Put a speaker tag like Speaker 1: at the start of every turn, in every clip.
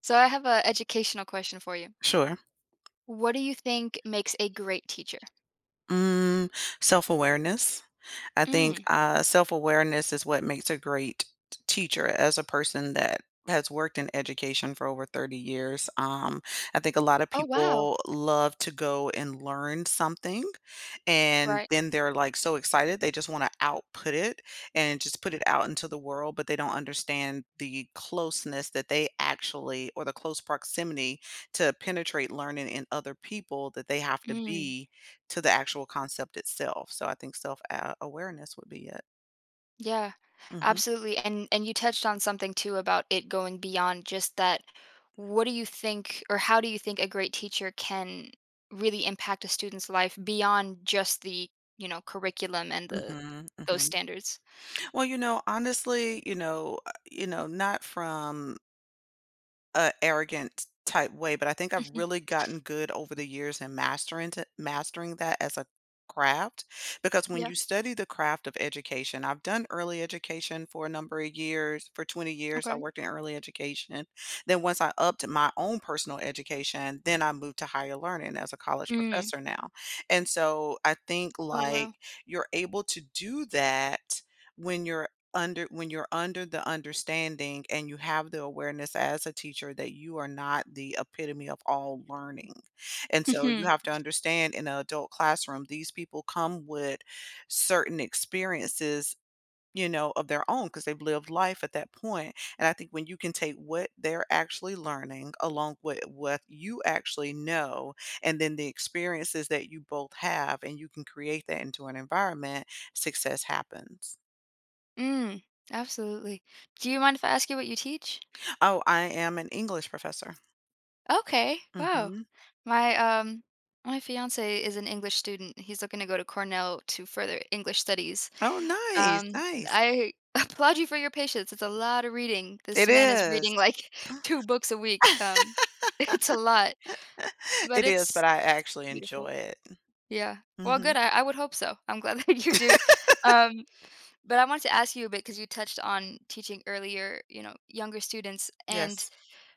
Speaker 1: So I have a educational question for you.
Speaker 2: Sure.
Speaker 1: What do you think makes a great teacher?
Speaker 2: Mm, Self-awareness. I think
Speaker 1: Mm.
Speaker 2: self-awareness is what makes a great teacher as a person that has worked in education for over 30 years. I think a lot of
Speaker 1: Oh wow.
Speaker 2: people love to go and learn something. And
Speaker 1: Right.
Speaker 2: then they're, like, so excited, they just wanna output it and just put it out into the world, but they don't understand the closeness that they actually or the close proximity to penetrate learning in other people that they have to
Speaker 1: Mm.
Speaker 2: be to the actual concept itself. So I think self a awareness would be it.
Speaker 1: Yeah.
Speaker 2: Mhm.
Speaker 1: Absolutely. And you touched on something too about it going beyond just that. What do you think or how do you think a great teacher can really impact a student's life beyond just the curriculum and the
Speaker 2: Mhm.
Speaker 1: those
Speaker 2: Mhm.
Speaker 1: standards?
Speaker 2: Well, honestly, not from a arrogant type way, but I think I've
Speaker 1: Mhm.
Speaker 2: really gotten good over the years in mastering that as a craft because when
Speaker 1: Yeah.
Speaker 2: you study the craft of education, I've done early education for a number of years. For 20 years, I
Speaker 1: Okay.
Speaker 2: worked in early education. Then once I upped my own personal education, then I moved to higher learning as a college
Speaker 1: Mm.
Speaker 2: professor now. And so I think
Speaker 1: Oh
Speaker 2: like
Speaker 1: wow.
Speaker 2: you're able to do that when you're when you're under the understanding and you have the awareness as a teacher that you are not the epitome of all learning. And so you
Speaker 1: Mhm.
Speaker 2: have to understand in an adult classroom, these people come with certain experiences, you know, of their own because they've lived life at that point. And I think when you can take what they're actually learning along with what you actually know and then the experiences that you both have and you can create that into an environment, success happens.
Speaker 1: Mm. Absolutely. Do you mind if I ask you what you teach?
Speaker 2: Oh, I am an English professor.
Speaker 1: Okay. Wow.
Speaker 2: Mhm.
Speaker 1: My my fiance is an English student. He's looking to go to Cornell to further English studies.
Speaker 2: Oh, nice, nice.
Speaker 1: I applaud you for your patience. It's a lot of reading.
Speaker 2: It
Speaker 1: This man is
Speaker 2: is.
Speaker 1: reading like two books a week. It's a lot, but
Speaker 2: It is,
Speaker 1: it's
Speaker 2: but I actually enjoy
Speaker 1: beautiful.
Speaker 2: it.
Speaker 1: Yeah. Well,
Speaker 2: Mhm.
Speaker 1: good. I would hope so. I'm glad that you do. Um but I wanted to ask you a bit because you touched on teaching earlier, you know, younger students and
Speaker 2: Yes.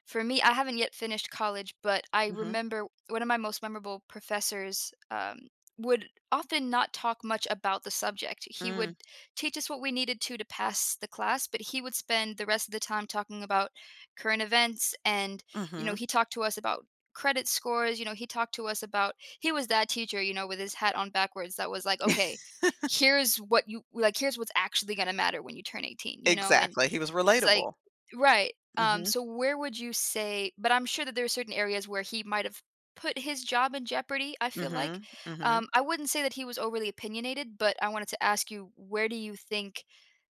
Speaker 1: for me, I haven't yet finished college, but I
Speaker 2: Mhm.
Speaker 1: remember one of my most memorable professors would often not talk much about the subject. He
Speaker 2: Mm.
Speaker 1: would teach us what we needed to pass the class, but he would spend the rest of the time talking about current events. And, you know,
Speaker 2: Mhm.
Speaker 1: he talked to us about credit scores. You know, he talked to us about, he was that teacher, you know, with his hat on backwards that was like, okay, here's what you, like, here's what's actually going to matter when you turn 18, you know? And
Speaker 2: Exactly. He was
Speaker 1: he's like
Speaker 2: relatable.
Speaker 1: right,
Speaker 2: Mhm.
Speaker 1: so where would you say but I'm sure that there are certain areas where he might have put his job in jeopardy, I feel like.
Speaker 2: Mhm. Mhm.
Speaker 1: I wouldn't say that he was overly opinionated, but I wanted to ask you, where do you think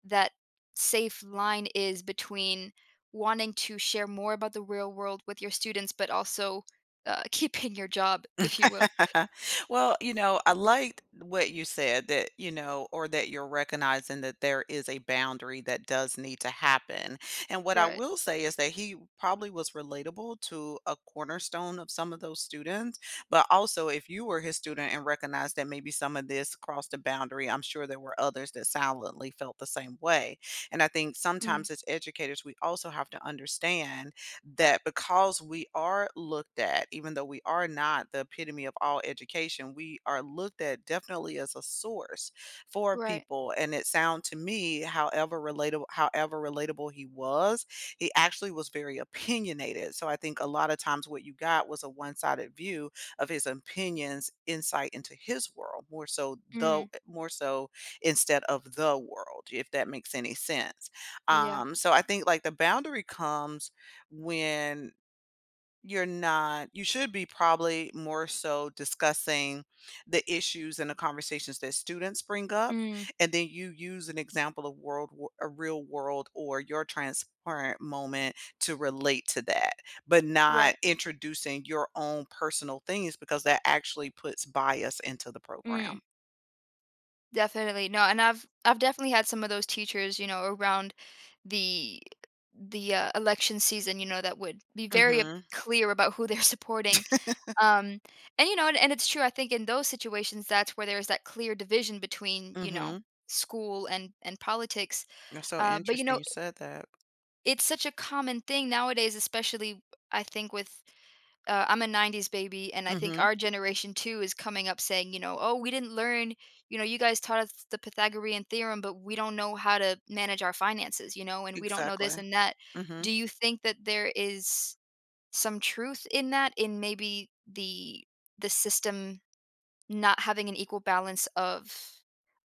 Speaker 1: that safe line is between wanting to share more about the real world with your students, but also, keeping your job, if you will?
Speaker 2: Well, you know, I liked what you said that, you know, or that you're recognizing that there is a boundary that does need to happen. And what I
Speaker 1: Right.
Speaker 2: will say is that he probably was relatable to a cornerstone of some of those students. But also, if you were his student and recognized that maybe some of this crossed a boundary, I'm sure there were others that silently felt the same way. And I think
Speaker 1: Mm,
Speaker 2: sometimes as educators, we also have to understand that because we are looked at, even though we are not the epitome of all education, we are looked at definitely as a source for
Speaker 1: right.
Speaker 2: people. And it sound to me, however relatable he was, he actually was very opinionated. So I think a lot of times what you got was a one-sided view of his opinions, insight into his world,
Speaker 1: Mm,
Speaker 2: more so instead of the world, if that makes any sense.
Speaker 1: yeah.
Speaker 2: So I think like the boundary comes when you're not you should be probably more so discussing the issues and the conversations that students bring up
Speaker 1: Mm,
Speaker 2: and then you use an example of a real world or your transparent moment to relate to that but not
Speaker 1: right.
Speaker 2: introducing your own personal things because that actually puts bias into the program.
Speaker 1: Mm. Definitely. No, and I've definitely had some of those teachers, you know, around the the election season, you know, that would be very
Speaker 2: Mhm.
Speaker 1: clear about who they're supporting. Um and you know, and it's true I think in those situations that's where there's that clear division between, you know,
Speaker 2: Mhm.
Speaker 1: school and politics.
Speaker 2: That's so
Speaker 1: But you
Speaker 2: interesting
Speaker 1: know,
Speaker 2: you said that.
Speaker 1: it's such a common thing nowadays especially I think with I'm a 90s baby, and I think
Speaker 2: Mhm.
Speaker 1: our generation too is coming up saying, you know, oh, we didn't learn, you know, you guys taught us the Pythagorean theorem, but we don't know how to manage our finances, you know, and we don't know
Speaker 2: Exactly.
Speaker 1: this and that.
Speaker 2: Mhm.
Speaker 1: Do you think that there is some truth in that, in maybe the system not having an equal balance of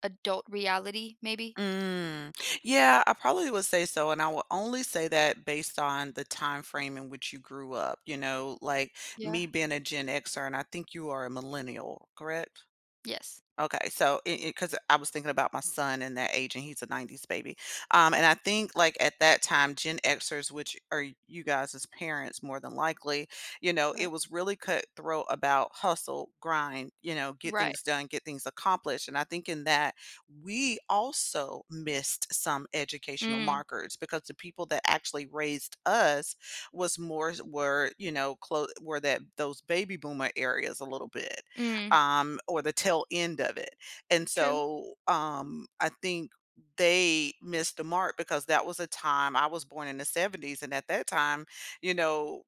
Speaker 1: adult reality, maybe?
Speaker 2: Mm. Yeah, I probably would say so, and I will only say that based on the time frame in which you grew up. You know, like
Speaker 1: Yeah.
Speaker 2: me being a Gen Xer, and I think you are a millennial, correct?
Speaker 1: Yes.
Speaker 2: Okay, so cause I was thinking about my son and that age, and he's a '90s baby. And I think like at that time, Gen Xers, which are you guys as parents, more than likely, you know, it
Speaker 1: Right.
Speaker 2: was really cutthroat about hustle, grind, you know, get
Speaker 1: Right.
Speaker 2: things done, get things accomplished. And I think in that we also missed some educational
Speaker 1: Mm.
Speaker 2: markers because the people that actually raised us was more were you know close were that those baby boomer areas a little bit,
Speaker 1: Mm.
Speaker 2: or the tail end of it. And
Speaker 1: True.
Speaker 2: so I think they missed the mark because that was a time I was born in the '70s. And at that time, you know,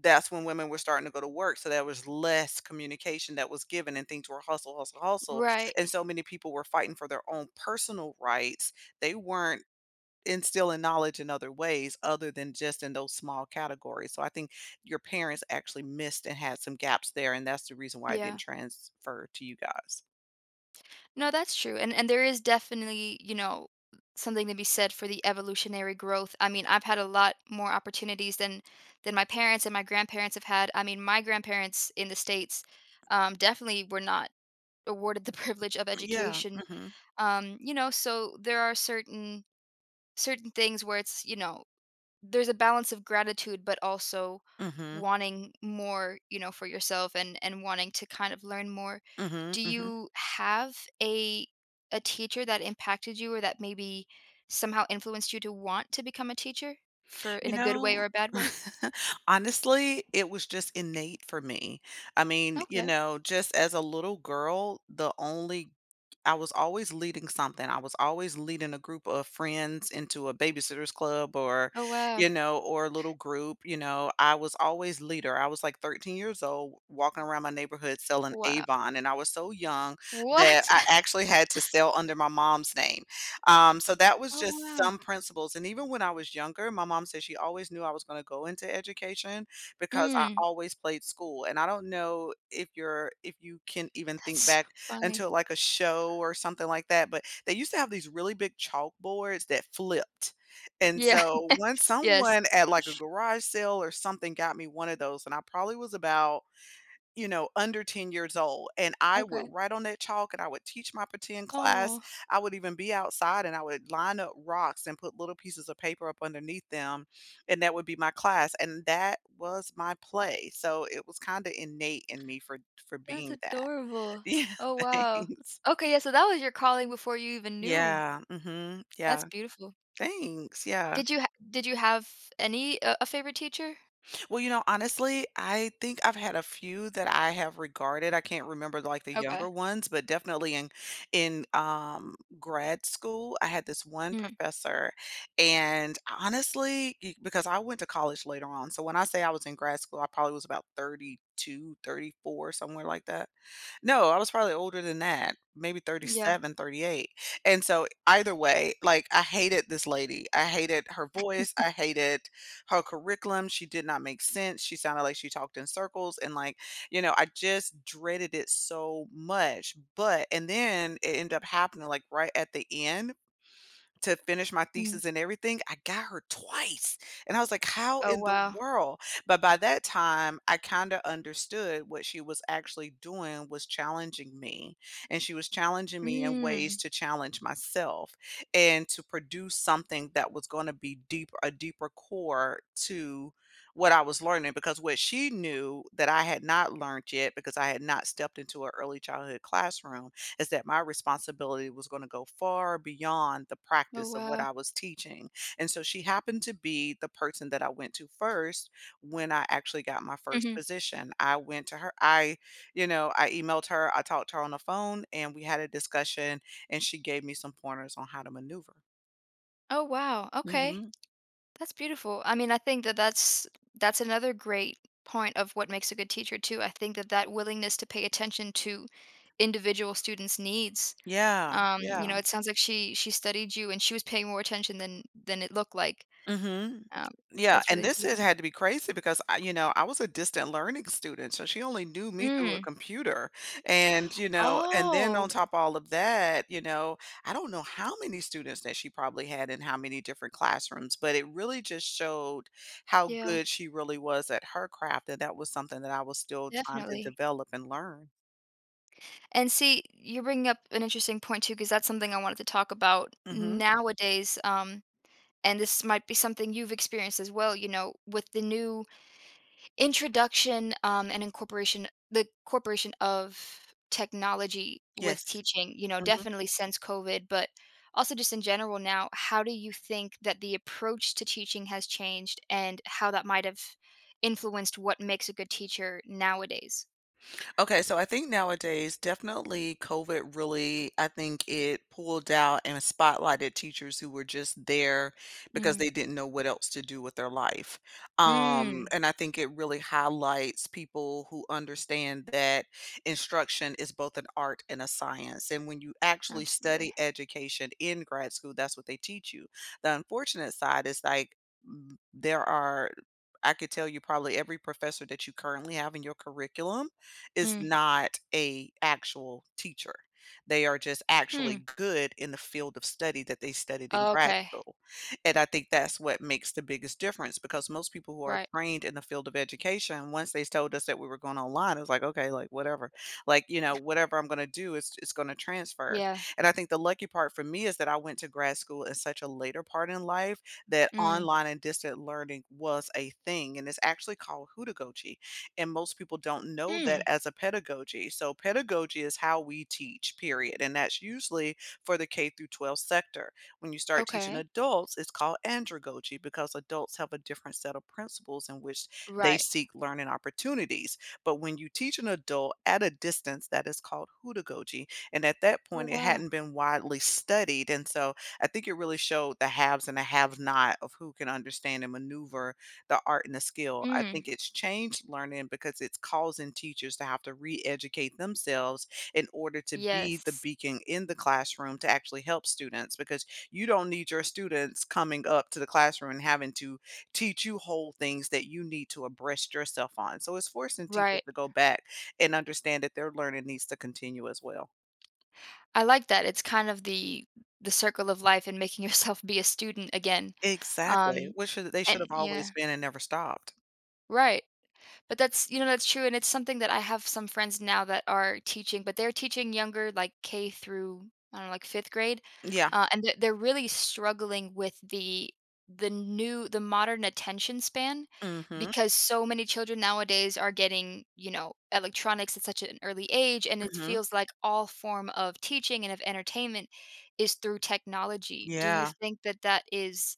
Speaker 2: that's when women were starting to go to work. So there was less communication that was given and things were hustle, hustle, hustle.
Speaker 1: Right.
Speaker 2: And so many people were fighting for their own personal rights. They weren't instilling knowledge in other ways other than just in those small categories. So I think your parents actually missed and had some gaps there, and that's the reason why it didn't
Speaker 1: Yeah.
Speaker 2: transfer to you guys.
Speaker 1: No, that's true, and there is definitely, you know, something to be said for the evolutionary growth. I mean, I've had a lot more opportunities than my parents and my grandparents have had. I mean, my grandparents in the States, definitely were not awarded the privilege of
Speaker 2: Yeah.
Speaker 1: education.
Speaker 2: Mhm.
Speaker 1: You know, so there are certain certain things where it's, you know, there's a balance of gratitude but also
Speaker 2: Mhm.
Speaker 1: wanting more you know for yourself and wanting to kind of learn more
Speaker 2: Mhm.
Speaker 1: do
Speaker 2: Mhm.
Speaker 1: you have a a teacher that impacted you or that maybe somehow influenced you to want to become a teacher for in
Speaker 2: You
Speaker 1: a good way or
Speaker 2: know,
Speaker 1: a bad way
Speaker 2: honestly, it was just innate for me. I mean, you
Speaker 1: okay
Speaker 2: know, just as a little girl, the only I was always leading something. I was always leading a group of friends into a babysitters club or,
Speaker 1: oh wow
Speaker 2: you know, or a little group. You know, I was always leader. I was like 13 years old walking around my neighborhood selling
Speaker 1: wow
Speaker 2: Avon. And I was so young that
Speaker 1: what
Speaker 2: I actually had to sell under my mom's name. So that was
Speaker 1: oh
Speaker 2: just
Speaker 1: wow
Speaker 2: some principles. And even when I was younger, my mom said she always knew I was going to go into education because I
Speaker 1: mm,
Speaker 2: always played school. And I don't know if you're if you can even think
Speaker 1: that's
Speaker 2: back
Speaker 1: funny
Speaker 2: until like a show or something like that, but they used to have these really big chalkboards that flipped. And
Speaker 1: yeah
Speaker 2: so once
Speaker 1: yes
Speaker 2: someone at like a garage sale or something got me one of those, and I probably was about you know, under 10 years old, and I would
Speaker 1: okay
Speaker 2: write on that chalk, and I would teach my pretend class.
Speaker 1: oh
Speaker 2: I would even be outside, and I would line up rocks and put little pieces of paper up underneath them, and that would be my class, and that was my play, so it was kinda innate in me for
Speaker 1: that's
Speaker 2: being that.
Speaker 1: adorable
Speaker 2: Yeah,
Speaker 1: oh wow
Speaker 2: thanks.
Speaker 1: okay yeah so that was your calling before you even knew.
Speaker 2: Yeah, mhm,
Speaker 1: That's
Speaker 2: yeah.
Speaker 1: beautiful.
Speaker 2: Thanks, yeah.
Speaker 1: Did you ha did you have any a favorite teacher?
Speaker 2: Well, you know, honestly, I think I've had a few that I have regarded. I can't remember like the younger
Speaker 1: Okay.
Speaker 2: ones, but definitely in grad school, I had this one
Speaker 1: Mm,
Speaker 2: professor, and honestly, because I went to college later on, so when I say I was in grad school, I probably was about 32, 34, somewhere like that. No, I was probably older than that, maybe
Speaker 1: yeah.
Speaker 2: 37, 38. And so either way, like I hated this lady. I hated her voice. I hated her curriculum. She did not make sense. She sounded like she talked in circles and like, you know, I just dreaded it so much. But and then it ended up happening like right at the end to finish my
Speaker 1: Mm.
Speaker 2: thesis and everything, I got her twice. And I was like, how
Speaker 1: Oh,
Speaker 2: in the
Speaker 1: wow.
Speaker 2: world? But by that time, I kind of understood what she was actually doing was challenging me. And she was challenging me in ways
Speaker 1: Mm.
Speaker 2: to challenge myself and to produce something that was going to be deeper, a deeper core to what I was learning. Because what she knew that I had not learned yet, because I had not stepped into an early childhood classroom, is that my responsibility was going to go far beyond the
Speaker 1: Oh,
Speaker 2: practice of what
Speaker 1: wow.
Speaker 2: I was teaching. And so she happened to be the person that I went to first when I actually got my first
Speaker 1: Mhm.
Speaker 2: position. I went to her. You know, I emailed her, I talked to her on the phone, and we had a discussion, and she gave me some pointers on how to maneuver.
Speaker 1: Oh, wow, okay.
Speaker 2: Hmm.
Speaker 1: That's beautiful. I mean, I think that that's another great point of what makes a good teacher too. I think that that willingness to pay attention to individual students' needs.
Speaker 2: Yeah,
Speaker 1: You
Speaker 2: yeah.
Speaker 1: know, it sounds like she studied you and she was paying more attention than it looked like.
Speaker 2: Mhm.
Speaker 1: So
Speaker 2: Yeah,
Speaker 1: that's
Speaker 2: and
Speaker 1: really
Speaker 2: this has
Speaker 1: beautiful.
Speaker 2: had to be crazy because I you know, I was a distant learning student, so she only knew me through a
Speaker 1: Mm.
Speaker 2: computer, and, you know and then on
Speaker 1: Oh.
Speaker 2: top of all of that, you know, I don't know how many students that she probably had in how many different classrooms, but it really just showed how
Speaker 1: Yeah,
Speaker 2: good she really was at her craft, and that was something that I was still trying to
Speaker 1: definitely.
Speaker 2: develop and learn.
Speaker 1: And see, you're bringing up an interesting point too, because that's something I wanted to talk about
Speaker 2: Mhm.
Speaker 1: nowadays. And this might be something you've experienced as well. You know, with the new introduction and incorporation, the corporation of technology with
Speaker 2: Yes.
Speaker 1: teaching. You know,
Speaker 2: Mhm.
Speaker 1: definitely since COVID, but also just in general now. How do you think that the approach to teaching has changed, and how that might have influenced what makes a good teacher nowadays?
Speaker 2: Okay, so I think nowadays, definitely COVID really, I think it pulled out and spotlighted teachers who were just there because
Speaker 1: Mm.
Speaker 2: they didn't know what else to do with their life.
Speaker 1: Mm.
Speaker 2: And I think it really highlights people who understand that instruction is both an art and a science. And when you actually study
Speaker 1: Absolutely.
Speaker 2: education in grad school, that's what they teach you. The unfortunate side is like there are, I could tell you probably every professor that you currently have in your curriculum is
Speaker 1: Mm.
Speaker 2: not a actual teacher. They are just actually
Speaker 1: Hmm.
Speaker 2: good in the field of study that they studied in
Speaker 1: Oh,
Speaker 2: grad
Speaker 1: okay.
Speaker 2: school. And I think that's what makes the biggest difference because most people who are
Speaker 1: Right.
Speaker 2: trained in the field of education, once they told us that we were going online, it was like, okay, like whatever. Like, you know, whatever I'm going to do is it's going to transfer.
Speaker 1: Yeah.
Speaker 2: And I think the lucky part for me is that I went to grad school in such a later part in life that
Speaker 1: Mm.
Speaker 2: online and distant learning was a thing. And it's actually called Hoodagogy and most people don't know that
Speaker 1: Mm.
Speaker 2: as a pedagogy. So pedagogy is how we teach, period, and that's usually for the K through 12 sector. When you start teaching
Speaker 1: Okay.
Speaker 2: adults, it's called andragogy because adults have a different set of principles in which they
Speaker 1: Right.
Speaker 2: seek learning opportunities. But when you teach an adult at a distance, that is called hudagogy. And at that
Speaker 1: Oh,
Speaker 2: point, it
Speaker 1: wow.
Speaker 2: hadn't been widely studied. And so I think it really showed the haves and the have not of who can understand and maneuver the art and the skill. I
Speaker 1: Mm.
Speaker 2: think it's changed learning because it's causing teachers to have to re-educate themselves in order to be the
Speaker 1: Yes.
Speaker 2: beacon in the classroom to actually help students because you don't need your students coming up to the classroom and having to teach you whole things that you need to abreast yourself on. So it's forcing teachers
Speaker 1: Right.
Speaker 2: to go back and understand that their learning needs to continue as well.
Speaker 1: I like that. It's kind of the circle of life and making yourself be a student again.
Speaker 2: Exactly.
Speaker 1: Um,
Speaker 2: Which should they should
Speaker 1: and
Speaker 2: have always
Speaker 1: yeah.
Speaker 2: been and never stopped.
Speaker 1: Right. But that's you know, that's true, and it's something that I have some friends now that are teaching, but they're teaching younger, like, K through, I don't know, like, 5th grade,
Speaker 2: Yeah.
Speaker 1: and they're really struggling with the new the modern attention span
Speaker 2: Mhm.
Speaker 1: because so many children nowadays are getting, you know, electronics at such an early age, and it
Speaker 2: Mhm.
Speaker 1: feels like all form of teaching and of entertainment is through technology. Do you
Speaker 2: Yeah.
Speaker 1: think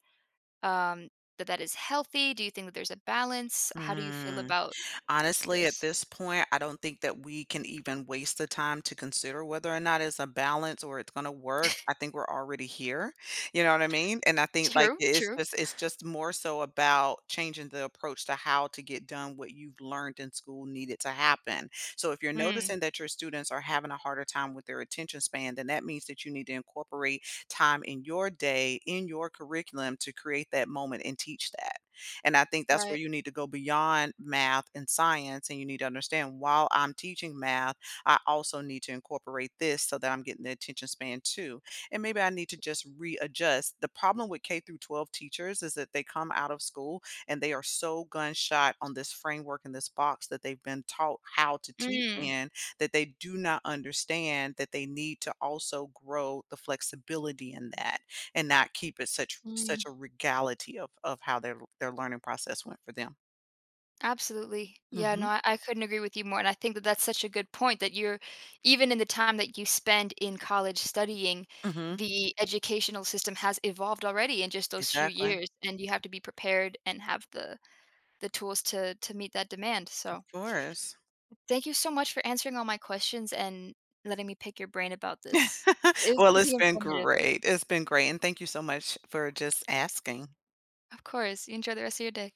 Speaker 1: um that that is healthy? Do you think that there's a balance? How do you feel
Speaker 2: Mm.
Speaker 1: about
Speaker 2: Honestly, at
Speaker 1: this?
Speaker 2: this point, I don't think that we can even waste the time to consider whether or not it's a balance or it's going to work. I think we're already here. You know what I mean? And I think like
Speaker 1: True, true.
Speaker 2: it's just more so about changing the approach to how to get done what you've learned in school needed to happen. So if you're
Speaker 1: Mm,
Speaker 2: noticing that your students are having a harder time with their attention span, then that means that you need to incorporate time in your day, in your curriculum to create that moment and teach that. And I think that's where
Speaker 1: right.
Speaker 2: you need to go beyond math and science. And you need to understand while I'm teaching math, I also need to incorporate this so that I'm getting the attention span too. And maybe I need to just readjust. The problem with K through 12 teachers is that they come out of school and they are so gun shot on this framework and this box that they've been taught how to teach
Speaker 1: Mm,
Speaker 2: in that they do not understand that they need to also grow the flexibility in that and not keep it such
Speaker 1: mm,
Speaker 2: a regality of how their learning process went for them.
Speaker 1: absolutely. Yeah, no,
Speaker 2: Mhm.
Speaker 1: I couldn't agree with you more, and I think that that's such a good point that you're even in the time that you spend in college studying,
Speaker 2: Mhm.
Speaker 1: the educational system has evolved already in just those few
Speaker 2: Exactly. Of
Speaker 1: years, and you have to be prepared and have the tools to meet that demand, so,
Speaker 2: course.
Speaker 1: thank you so much for answering all my questions and letting me pick your brain about this. It was
Speaker 2: Well, it's
Speaker 1: really
Speaker 2: been
Speaker 1: informative.
Speaker 2: great. It's been great, and thank you so much for just asking.
Speaker 1: Of course, you enjoy the rest of your day.